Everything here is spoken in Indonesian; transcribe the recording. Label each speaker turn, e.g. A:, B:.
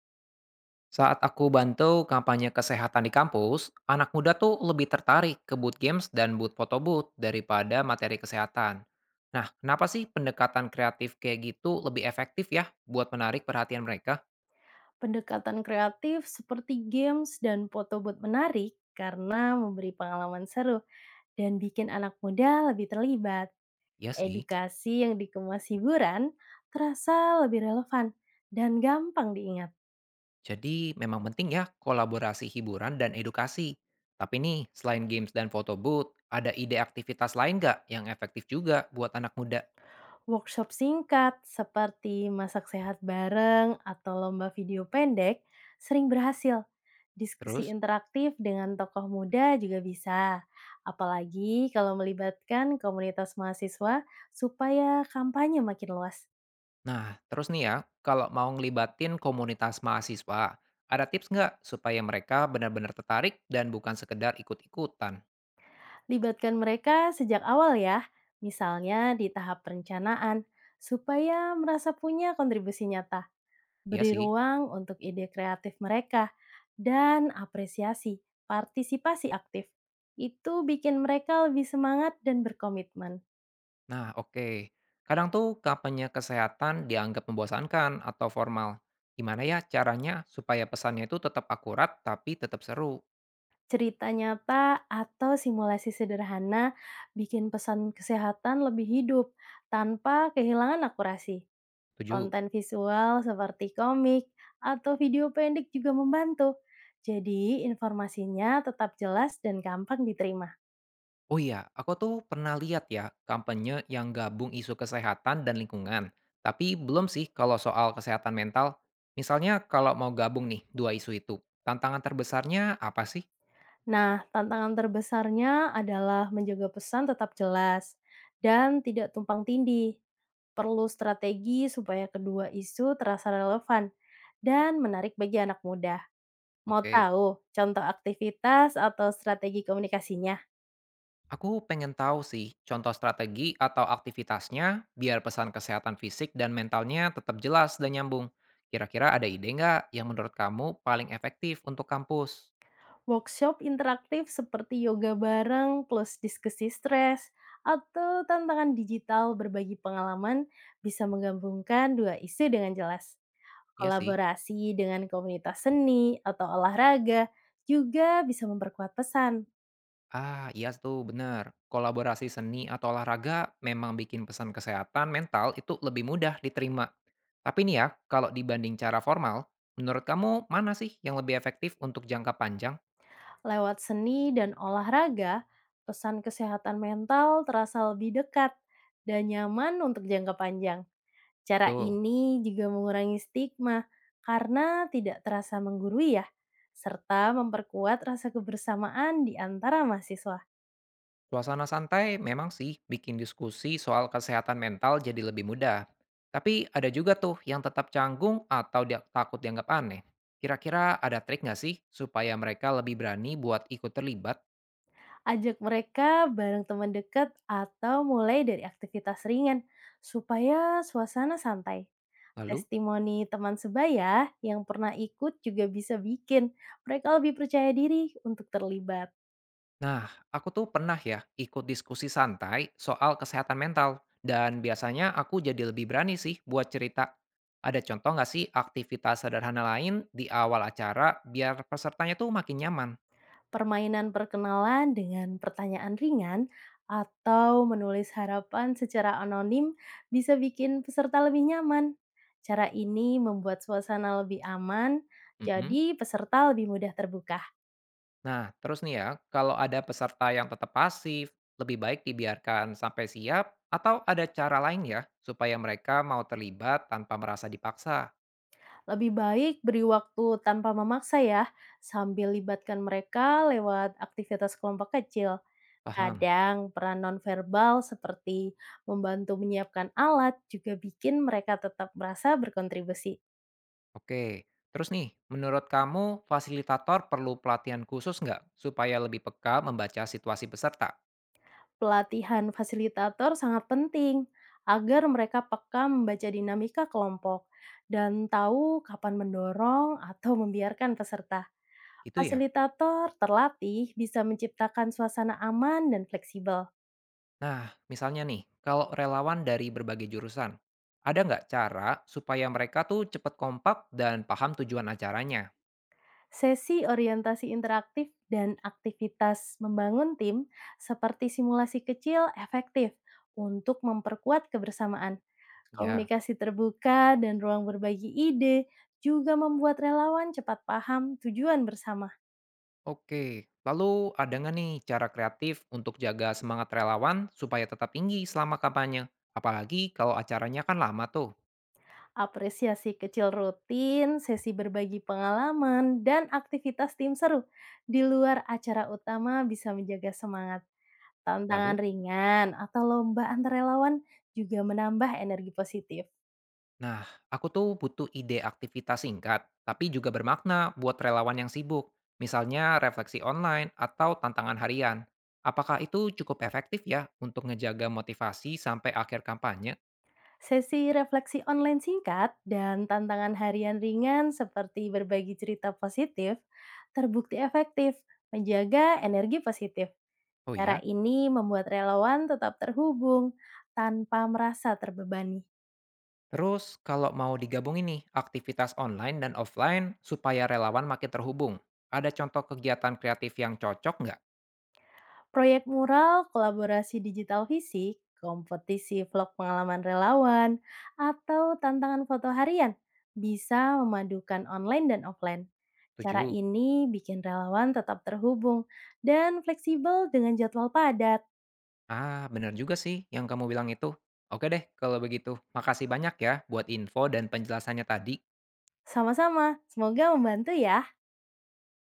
A: Saat aku bantu kampanye kesehatan di kampus, anak muda tuh lebih tertarik ke boot games dan boot foto booth daripada materi kesehatan. Nah, kenapa sih pendekatan kreatif kayak gitu lebih efektif ya buat menarik perhatian mereka?
B: Pendekatan kreatif seperti games dan foto booth menarik karena memberi pengalaman seru dan bikin anak muda lebih terlibat.
A: Ya sih,
B: Edukasi yang dikemas hiburan terasa lebih relevan dan gampang diingat.
A: jadi memang penting ya kolaborasi hiburan dan edukasi. Tapi nih, selain games dan foto booth, ada ide aktivitas lain nggak yang efektif juga buat anak muda?
B: Workshop singkat seperti masak sehat bareng atau lomba video pendek sering berhasil. Diskusi
A: Terus?
B: interaktif dengan tokoh muda juga bisa. Apalagi kalau melibatkan komunitas mahasiswa supaya kampanye makin luas.
A: Nah, terus nih ya, kalau mau ngelibatin komunitas mahasiswa, ada tips nggak supaya mereka benar-benar tertarik dan bukan sekedar ikut-ikutan?
B: Libatkan mereka sejak awal ya, misalnya di tahap perencanaan, supaya merasa punya kontribusi nyata.
A: Iya
B: Beri
A: sih.
B: ruang untuk ide kreatif mereka, dan apresiasi partisipasi aktif. Itu bikin mereka lebih semangat dan berkomitmen.
A: Nah, oke. Kadang tuh kampanye kesehatan dianggap membosankan atau formal. Gimana ya caranya supaya pesannya itu tetap akurat tapi tetap seru?
B: Cerita nyata atau simulasi sederhana bikin pesan kesehatan lebih hidup tanpa kehilangan akurasi.
A: Setuju.
B: Konten visual seperti komik atau video pendek juga membantu. Jadi informasinya tetap jelas dan gampang diterima.
A: Oh iya, aku tuh pernah lihat ya kampanye yang gabung isu kesehatan dan lingkungan. Tapi belum sih kalau soal kesehatan mental. Misalnya kalau mau gabung nih dua isu itu, tantangan terbesarnya apa sih?
B: Nah, tantangan terbesarnya adalah menjaga pesan tetap jelas dan tidak tumpang tindih. Perlu strategi supaya kedua isu terasa relevan dan menarik bagi anak muda. Mau
A: Oke,
B: tahu contoh aktivitas atau strategi komunikasinya?
A: aku pengen tahu sih contoh strategi atau aktivitasnya biar pesan kesehatan fisik dan mentalnya tetap jelas dan nyambung. Kira-kira ada ide nggak yang menurut kamu paling efektif untuk kampus?
B: Workshop interaktif seperti yoga bareng plus diskusi stres atau tantangan digital berbagi pengalaman bisa menggabungkan dua isu dengan jelas.
A: Iya sih.
B: Kolaborasi dengan komunitas seni atau olahraga juga bisa memperkuat pesan.
A: Ah, iya tuh bener. Kolaborasi seni atau olahraga memang bikin pesan kesehatan mental itu lebih mudah diterima. Tapi nih ya, kalau dibanding cara formal, menurut kamu mana sih yang lebih efektif untuk jangka panjang?
B: Lewat seni dan olahraga, pesan kesehatan mental terasa lebih dekat dan nyaman untuk jangka panjang. Cara
A: Betul.
B: ini juga mengurangi stigma karena tidak terasa menggurui ya, serta memperkuat rasa kebersamaan di antara mahasiswa.
A: Suasana santai memang sih bikin diskusi soal kesehatan mental jadi lebih mudah. Tapi ada juga tuh yang tetap canggung atau dia takut dianggap aneh. Kira-kira ada trik nggak sih supaya mereka lebih berani buat ikut terlibat?
B: Ajak mereka bareng teman dekat atau mulai dari aktivitas ringan supaya suasana santai.
A: Lalu?
B: Testimoni teman sebaya yang pernah ikut juga bisa bikin mereka lebih percaya diri untuk terlibat.
A: Nah, aku tuh pernah ya ikut diskusi santai soal kesehatan mental, dan biasanya aku jadi lebih berani sih buat cerita. Ada contoh nggak sih aktivitas sederhana lain di awal acara biar pesertanya tuh makin nyaman?
B: Permainan perkenalan dengan pertanyaan ringan atau menulis harapan secara anonim bisa bikin peserta lebih nyaman. Cara ini membuat suasana lebih aman,
A: Mm-mm.
B: jadi peserta lebih mudah terbuka.
A: Nah, terus nih ya, kalau ada peserta yang tetap pasif, lebih baik dibiarkan sampai siap atau ada cara lain ya supaya mereka mau terlibat tanpa merasa dipaksa.
B: Lebih baik beri waktu tanpa memaksa ya, sambil libatkan mereka lewat aktivitas kelompok kecil.
A: Paham?
B: Kadang peran nonverbal seperti membantu menyiapkan alat juga bikin mereka tetap merasa berkontribusi.
A: Oke, terus nih, menurut kamu fasilitator perlu pelatihan khusus nggak supaya lebih peka membaca situasi peserta?
B: Pelatihan fasilitator sangat penting agar mereka peka membaca dinamika kelompok dan tahu kapan mendorong atau membiarkan peserta.
A: Gitu ya?
B: Fasilitator terlatih bisa menciptakan suasana aman dan fleksibel.
A: Nah, misalnya nih, kalau relawan dari berbagai jurusan, ada nggak cara supaya mereka tuh cepet kompak dan paham tujuan acaranya?
B: Sesi orientasi interaktif dan aktivitas membangun tim seperti simulasi kecil efektif untuk memperkuat kebersamaan.
A: Ya,
B: Komunikasi terbuka dan ruang berbagi ide juga membuat relawan cepat paham tujuan bersama.
A: oke. Lalu ada nggak nih cara kreatif untuk jaga semangat relawan supaya tetap tinggi selama kampanye? Apalagi kalau acaranya kan lama tuh.
B: Apresiasi kecil rutin, sesi berbagi pengalaman, dan aktivitas tim seru di luar acara utama bisa menjaga semangat.
A: Lalu.
B: Tantangan ringan atau lomba antar relawan juga menambah energi positif.
A: Nah, aku tuh butuh ide aktivitas singkat, tapi juga bermakna buat relawan yang sibuk. Misalnya refleksi online atau tantangan harian. Apakah itu cukup efektif ya untuk ngejaga motivasi sampai akhir kampanye?
B: Sesi refleksi online singkat dan tantangan harian ringan seperti berbagi cerita positif terbukti efektif menjaga energi positif.
A: Oh
B: Cara
A: iya.
B: ini membuat relawan tetap terhubung tanpa merasa terbebani.
A: Terus kalau mau digabung ini aktivitas online dan offline supaya relawan makin terhubung. Ada contoh kegiatan kreatif yang cocok nggak?
B: Proyek mural, kolaborasi digital fisik, kompetisi vlog pengalaman relawan, atau tantangan foto harian bisa memadukan online dan offline. Cara
A: 7.
B: ini bikin relawan tetap terhubung dan fleksibel dengan jadwal padat.
A: Ah, bener juga sih yang kamu bilang itu. Oke deh, kalau begitu. Makasih banyak ya buat info dan penjelasannya tadi.
B: Sama-sama, semoga membantu ya.